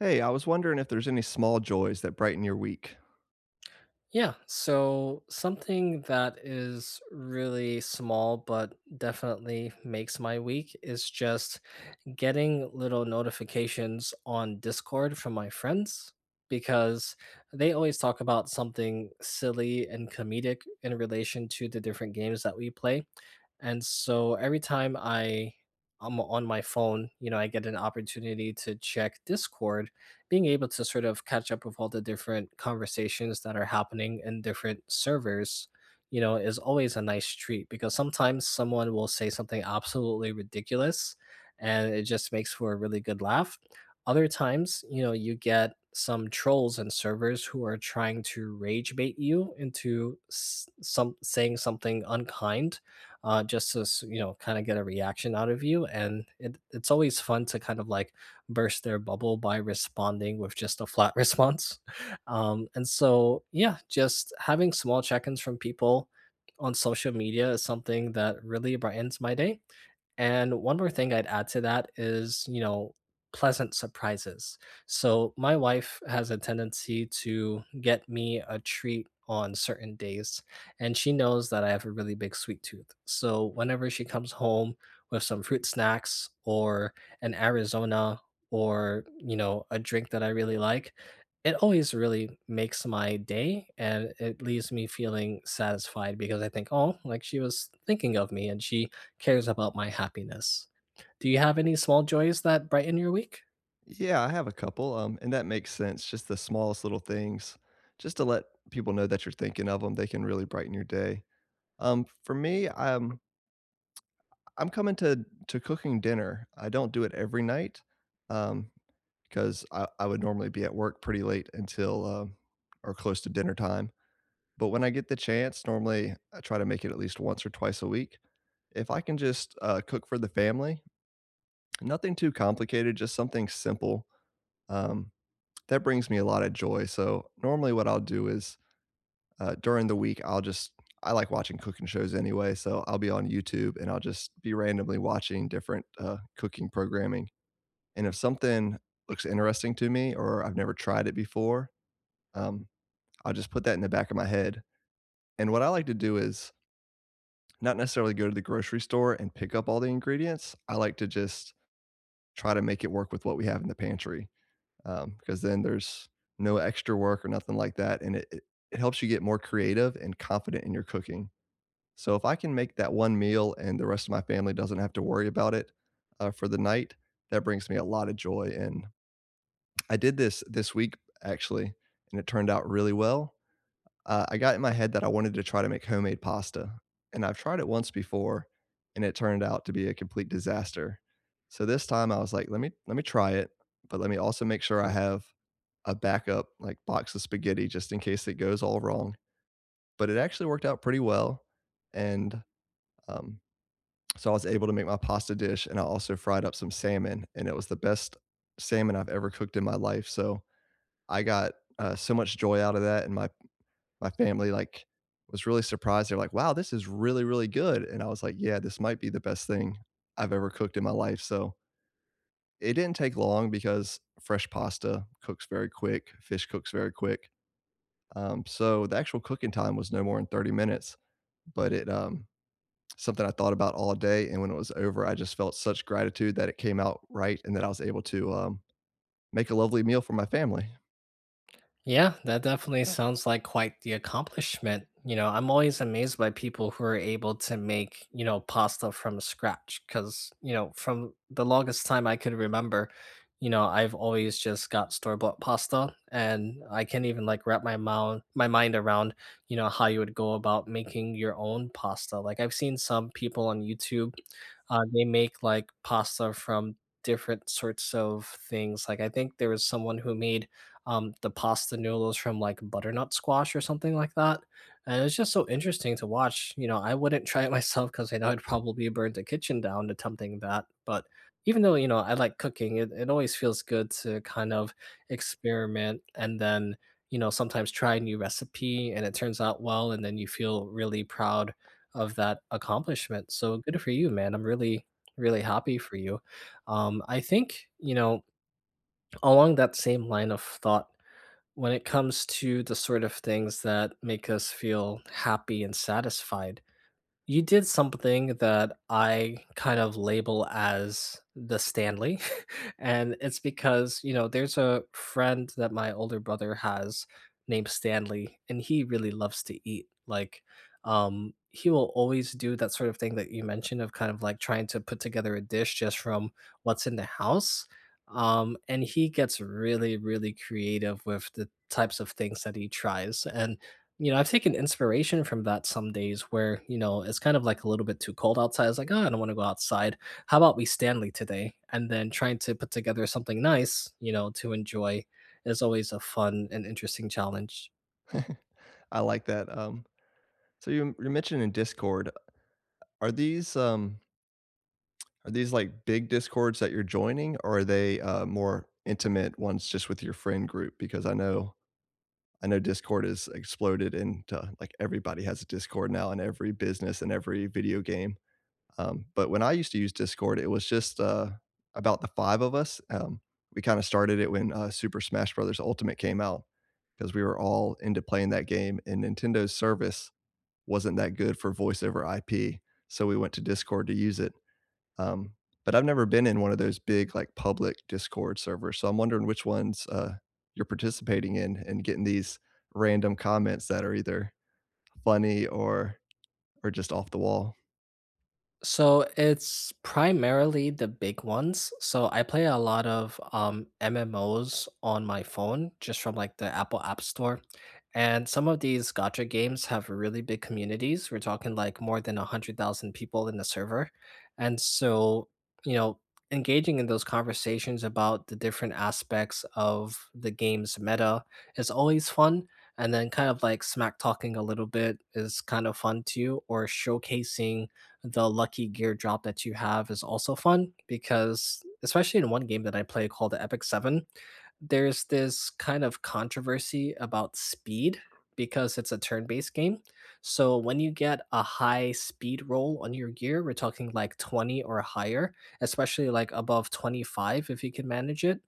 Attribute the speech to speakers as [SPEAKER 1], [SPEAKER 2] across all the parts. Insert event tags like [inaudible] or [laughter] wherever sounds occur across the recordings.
[SPEAKER 1] Hey, I was wondering if there's any small joys that brighten your week.
[SPEAKER 2] Yeah, so something that is really small but definitely makes my week is just getting little notifications on Discord from my friends because they always talk about something silly and comedic in relation to the different games that we play. And so every time I am on my phone, you know, I get an opportunity to check Discord, being able to sort of catch up with all the different conversations that are happening in different servers, you know, is always a nice treat because sometimes someone will say something absolutely ridiculous and it just makes for a really good laugh. Other times, you know, you get some trolls and servers who are trying to rage bait you into some saying something unkind, just to kind of get a reaction out of you. And it's always fun to kind of like burst their bubble by responding with just a flat [laughs] response. And so yeah, just having small check-ins from people on social media is something that really brightens my day. And one more thing I'd add to that is, you know, pleasant surprises. So my wife has a tendency to get me a treat on certain days, and she knows that I have a really big sweet tooth. So whenever she comes home with some fruit snacks or an Arizona or, you know, a drink that I really like, it always really makes my day and it leaves me feeling satisfied because I think, oh, like she was thinking of me and she cares about my happiness. Do you have any small joys that brighten your week?
[SPEAKER 1] Yeah, I have a couple, and that makes sense. Just the smallest little things, just to let people know that you're thinking of them, they can really brighten your day. For me, I'm coming to cooking dinner. I don't do it every night, um, because I would normally be at work pretty late until or close to dinner time. But when I get the chance, normally I try to make it at least once or twice a week if I can just cook for the family. Nothing too complicated, just something simple. Um, that brings me a lot of joy. So normally what I'll do is during the week, I like watching cooking shows anyway, so I'll be on YouTube and I'll just be randomly watching different cooking programming. And if something looks interesting to me or I've never tried it before, um, I'll just put that in the back of my head. And what I like to do is not necessarily go to the grocery store and pick up all the ingredients. I like to just try to make it work with what we have in the pantry. Because then there's no extra work or nothing like that, and it it helps you get more creative and confident in your cooking. So if I can make that one meal and the rest of my family doesn't have to worry about it, for the night, that brings me a lot of joy, and I did this this week actually, and it turned out really well. I got in my head that I wanted to try to make homemade pasta, and I've tried it once before, and it turned out to be a complete disaster. So this time I was like, "Let me try it, but let me also make sure I have a backup like box of spaghetti just in case it goes all wrong." But it actually worked out pretty well, and um, so I was able to make my pasta dish, and I also fried up some salmon, and it was the best salmon I've ever cooked in my life. So I got so much joy out of that, and my family like was really surprised. They're like, "Wow, this is really really good," and I was like, "Yeah, this might be the best thing I've ever cooked in my life." So it didn't take long because fresh pasta cooks very quick, fish cooks very quick. So the actual cooking time was no more than 30 minutes, but it something I thought about all day, and when it was over, I just felt such gratitude that it came out right and that I was able to make a lovely meal for my family.
[SPEAKER 2] Yeah, that definitely sounds like quite the accomplishment. You know, I'm always amazed by people who are able to make, you know, pasta from scratch because, you know, from the longest time I could remember, you know, I've always just got store-bought pasta and I can't even like wrap my mind around, you know, how you would go about making your own pasta. Like I've seen some people on YouTube. They make like pasta from different sorts of things. Like I think there was someone who made the pasta noodles from like butternut squash or something like that, and it's just so interesting to watch. You know, I wouldn't try it [laughs] myself because I know I'd probably burn the kitchen down attempting that. But even though you know I like cooking, it always feels good to kind of experiment and then, you know, sometimes try a new recipe and it turns out well and then you feel really proud of that accomplishment. So good for you, man. I'm really, really happy for you. I think, you know, along that same line of thought, when it comes to the sort of things that make us feel happy and satisfied, you did something that I kind of label as the Stanley, [laughs] and it's because, you know, there's a friend that my older brother has named Stanley, and he really loves to eat. Like, he will always do that sort of thing that you mentioned of kind of like trying to put together a dish just from what's in the house. And he gets really, really creative with the types of things that he tries. And you know, I've taken inspiration from that some days where, you know, it's kind of like a little bit too cold outside. It's like, oh, I don't want to go outside. How about we Stanley today? And then trying to put together something nice, you know, to enjoy is always a fun and interesting challenge.
[SPEAKER 1] [laughs] I like that. So you mentioned in Discord, are these um are these like big discords that you're joining, or are they more intimate ones just with your friend group? Because I know Discord has exploded into like everybody has a Discord now, and every business and every video game. But when I used to use Discord, it was just about the five of us. We kind of started it when Super Smash Brothers Ultimate came out because we were all into playing that game, and Nintendo's service wasn't that good for voice over IP, so we went to Discord to use it. Um, but I've never been in one of those big like public Discord servers, so I'm wondering which ones you're participating in and getting these random comments that are either funny or just off the wall.
[SPEAKER 2] So it's primarily the big ones. So I play a lot of MMOs on my phone just from like the Apple App Store. And some of these gotcha games have really big communities. We're talking like more than 100,000 people in the server. And so, you know, engaging in those conversations about the different aspects of the game's meta is always fun. And then kind of like smack talking a little bit is kind of fun too, or showcasing the lucky gear drop that you have is also fun because especially in one game that I play called the Epic 7, there's this kind of controversy about speed because it's a turn-based game. So when you get a high speed roll on your gear, we're talking like 20 or higher, especially like above 25 if you can manage it.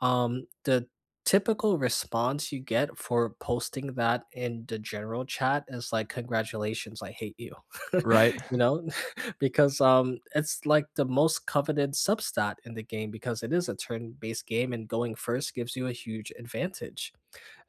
[SPEAKER 2] The typical response you get for posting that in the general chat is like, congratulations, I hate you. [laughs]
[SPEAKER 1] Right?
[SPEAKER 2] You
[SPEAKER 1] [laughs]
[SPEAKER 2] know? [laughs] Because it's like the most coveted substat in the game because it is a turn-based game and going first gives you a huge advantage.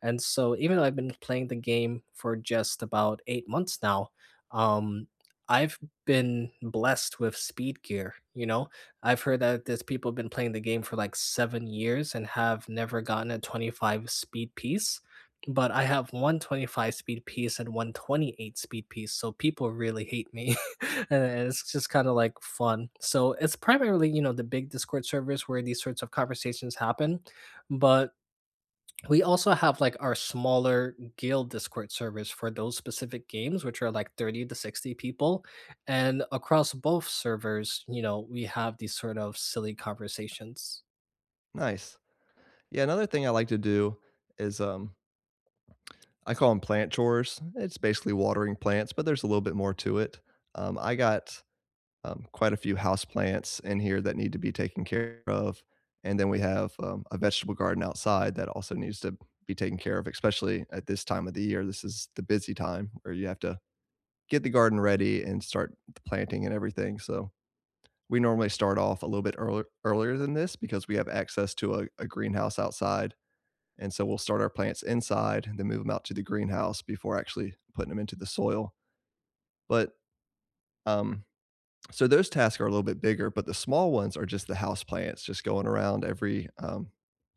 [SPEAKER 2] And so even though I've been playing the game for just about 8 months now, um, I've been blessed with speed gear, you know? I've heard that there's people been playing the game for like 7 years and have never gotten a 25 speed piece. But I have one 25 speed piece and one 28 speed piece, so people really hate me. [laughs] And it's just kind of like fun. So it's primarily, you know, the big Discord servers where these sorts of conversations happen. But we also have, like, our smaller guild Discord servers for those specific games, which are, like, 30 to 60 people, and across both servers, you know, we have these sort of silly conversations.
[SPEAKER 1] Nice. Yeah, another thing I like to do is, I call them plant chores. It's basically watering plants, but there's a little bit more to it. I got, quite a few house plants in here that need to be taken care of, and then we have, a vegetable garden outside that also needs to be taken care of, especially at this time of the year. This is the busy time where you have to get the garden ready and start the planting and everything, so we normally start off a little bit earlier than this because we have access to a greenhouse outside, and so we'll start our plants inside and then move them out to the greenhouse before actually putting them into the soil. But um, so those tasks are a little bit bigger, but the small ones are just the house plants, just going around every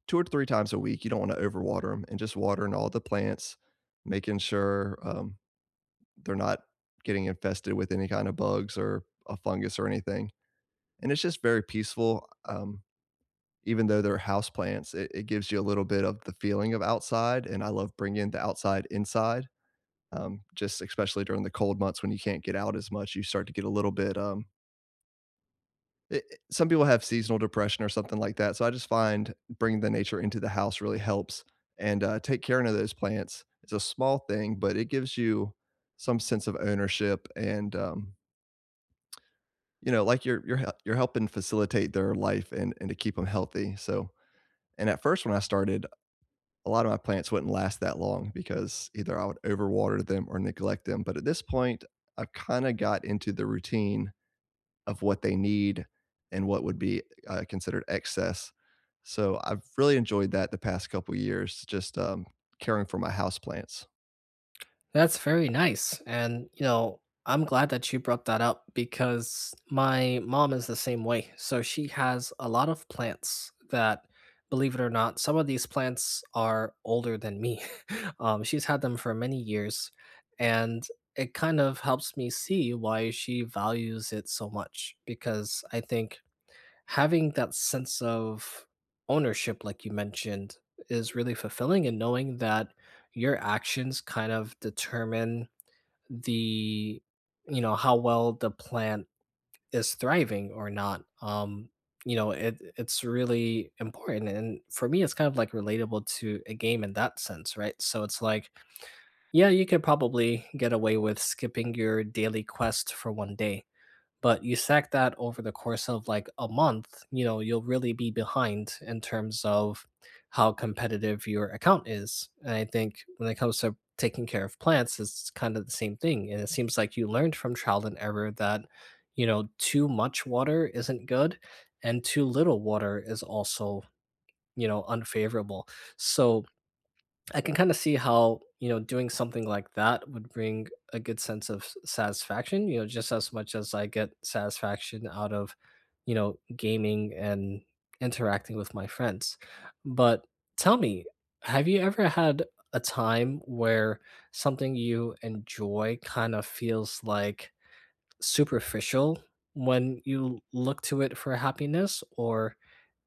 [SPEAKER 1] two or three times a week. You don't want to overwater them and just watering all the plants, making sure they're not getting infested with any kind of bugs or a fungus or anything. And it's just very peaceful. Even though they're house plants, it gives you a little bit of the feeling of outside. And I love bringing the outside inside. Just especially during the cold months when you can't get out as much, you start to get a little bit, some people have seasonal depression or something like that. So I just find bringing the nature into the house really helps and take care of those plants. It's a small thing, but it gives you some sense of ownership and, you know, like you're helping facilitate their life and to keep them healthy. So, and at first when I started, a lot of my plants wouldn't last that long because either I would overwater them or neglect them. But at this point, I've kind of got into the routine of what they need and what would be considered excess. So I've really enjoyed that the past couple years, just caring for my house plants.
[SPEAKER 2] That's very nice, and, you know, I'm glad that you brought that up because my mom is the same way. So she has a lot of plants that, believe it or not, some of these plants are older than me. She's had them for many years, and it kind of helps me see why she values it so much because I think having that sense of ownership, like you mentioned, is really fulfilling, and knowing that your actions kind of determine the, you know, how well the plant is thriving or not, it's really important, and for me it's kind of like relatable to a game in that sense, right? So it's like, yeah, you could probably get away with skipping your daily quest for one day, but you stack that over the course of like a month, you know, you'll really be behind in terms of how competitive your account is. And I think when it comes to taking care of plants, it's kind of the same thing. And it seems like you learned from trial and error that, you know, too much water isn't good and too little water is also, you know, unfavorable. So I can kind of see how, you know, doing something like that would bring a good sense of satisfaction, you know, just as much as I get satisfaction out of, you know, gaming and interacting with my friends. But tell me, have you ever had a time where something you enjoy kind of feels like superficial when you look to it for happiness? Or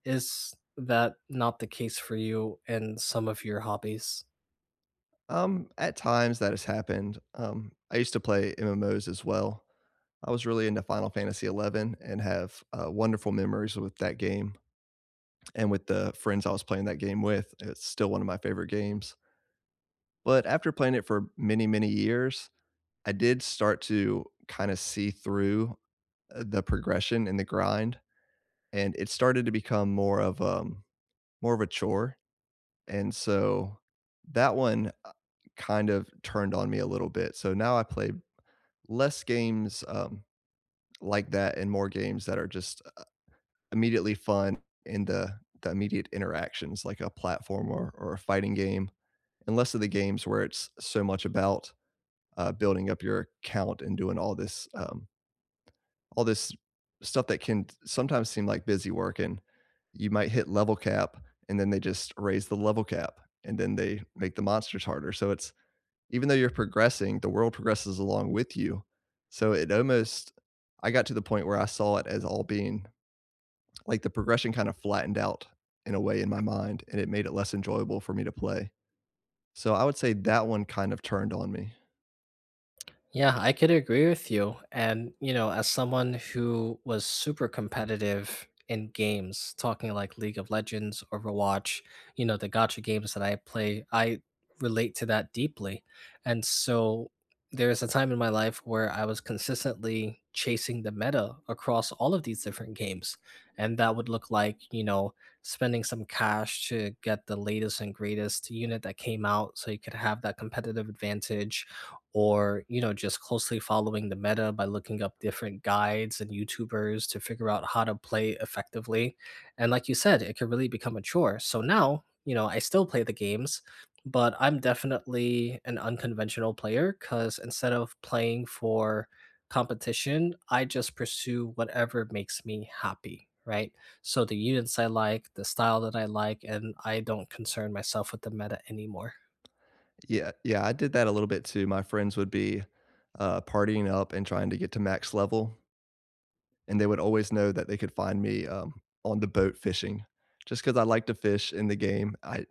[SPEAKER 2] is that not the case for you in some of your hobbies?
[SPEAKER 1] At times that has happened. I used to play MMOs as well. I was really into Final Fantasy XI and have wonderful memories with that game and with the friends I was playing that game with. It's still one of my favorite games. But after playing it for many, many years, I did start to kind of see through the progression and the grind, and it started to become more of a chore. And so that one kind of turned on me a little bit. So now I play less games like that and more games that are just immediately fun in the immediate interactions like a platformer or a fighting game, and less of the games where it's so much about, building up your account and doing all this stuff that can sometimes seem like busy work, and you might hit level cap, and then they just raise the level cap, and then they make the monsters harder, so it's even though you're progressing, the world progresses along with you, so it almost I got to the point where I saw it as all being like the progression kind of flattened out in a way in my mind and it made it less enjoyable for me to play. So I would say that one kind of turned on me.
[SPEAKER 2] Yeah, I could agree with you. And, you know, as someone who was super competitive in games, talking like League of Legends, Overwatch, you know, the gotcha games that I play, I relate to that deeply. And so there's a time in my life where I was consistently chasing the meta across all of these different games. And that would look like, you know, spending some cash to get the latest and greatest unit that came out so you could have that competitive advantage, or, you know, just closely following the meta by looking up different guides and youtubers to figure out how to play effectively. And like you said, it can really become a chore. So now, you know, I still play the games, but I'm definitely an unconventional player because instead of playing for competition, I just pursue whatever makes me happy, right? So the units I like, the style that I like, and I don't concern myself with the meta anymore.
[SPEAKER 1] Yeah, yeah, I did that a little bit too. My friends would be partying up and trying to get to max level, and they would always know that they could find me on the boat fishing, just because I like to fish in the game. I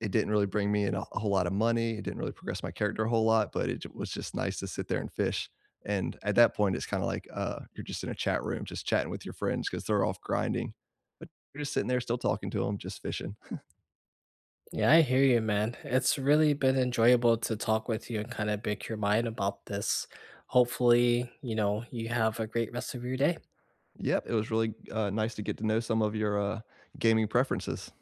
[SPEAKER 1] it didn't really bring me in a whole lot of money. It didn't really progress my character a whole lot, but it was just nice to sit there and fish. And at that point, it's kind of like you're just in a chat room, just chatting with your friends because they're off grinding, but you're just sitting there, still talking to them, just fishing.
[SPEAKER 2] Yeah, I hear you, man. It's really been enjoyable to talk with you and kind of pick your mind about this. Hopefully, you know, you have a great rest of your day.
[SPEAKER 1] Yep, it was really nice to get to know some of your gaming preferences.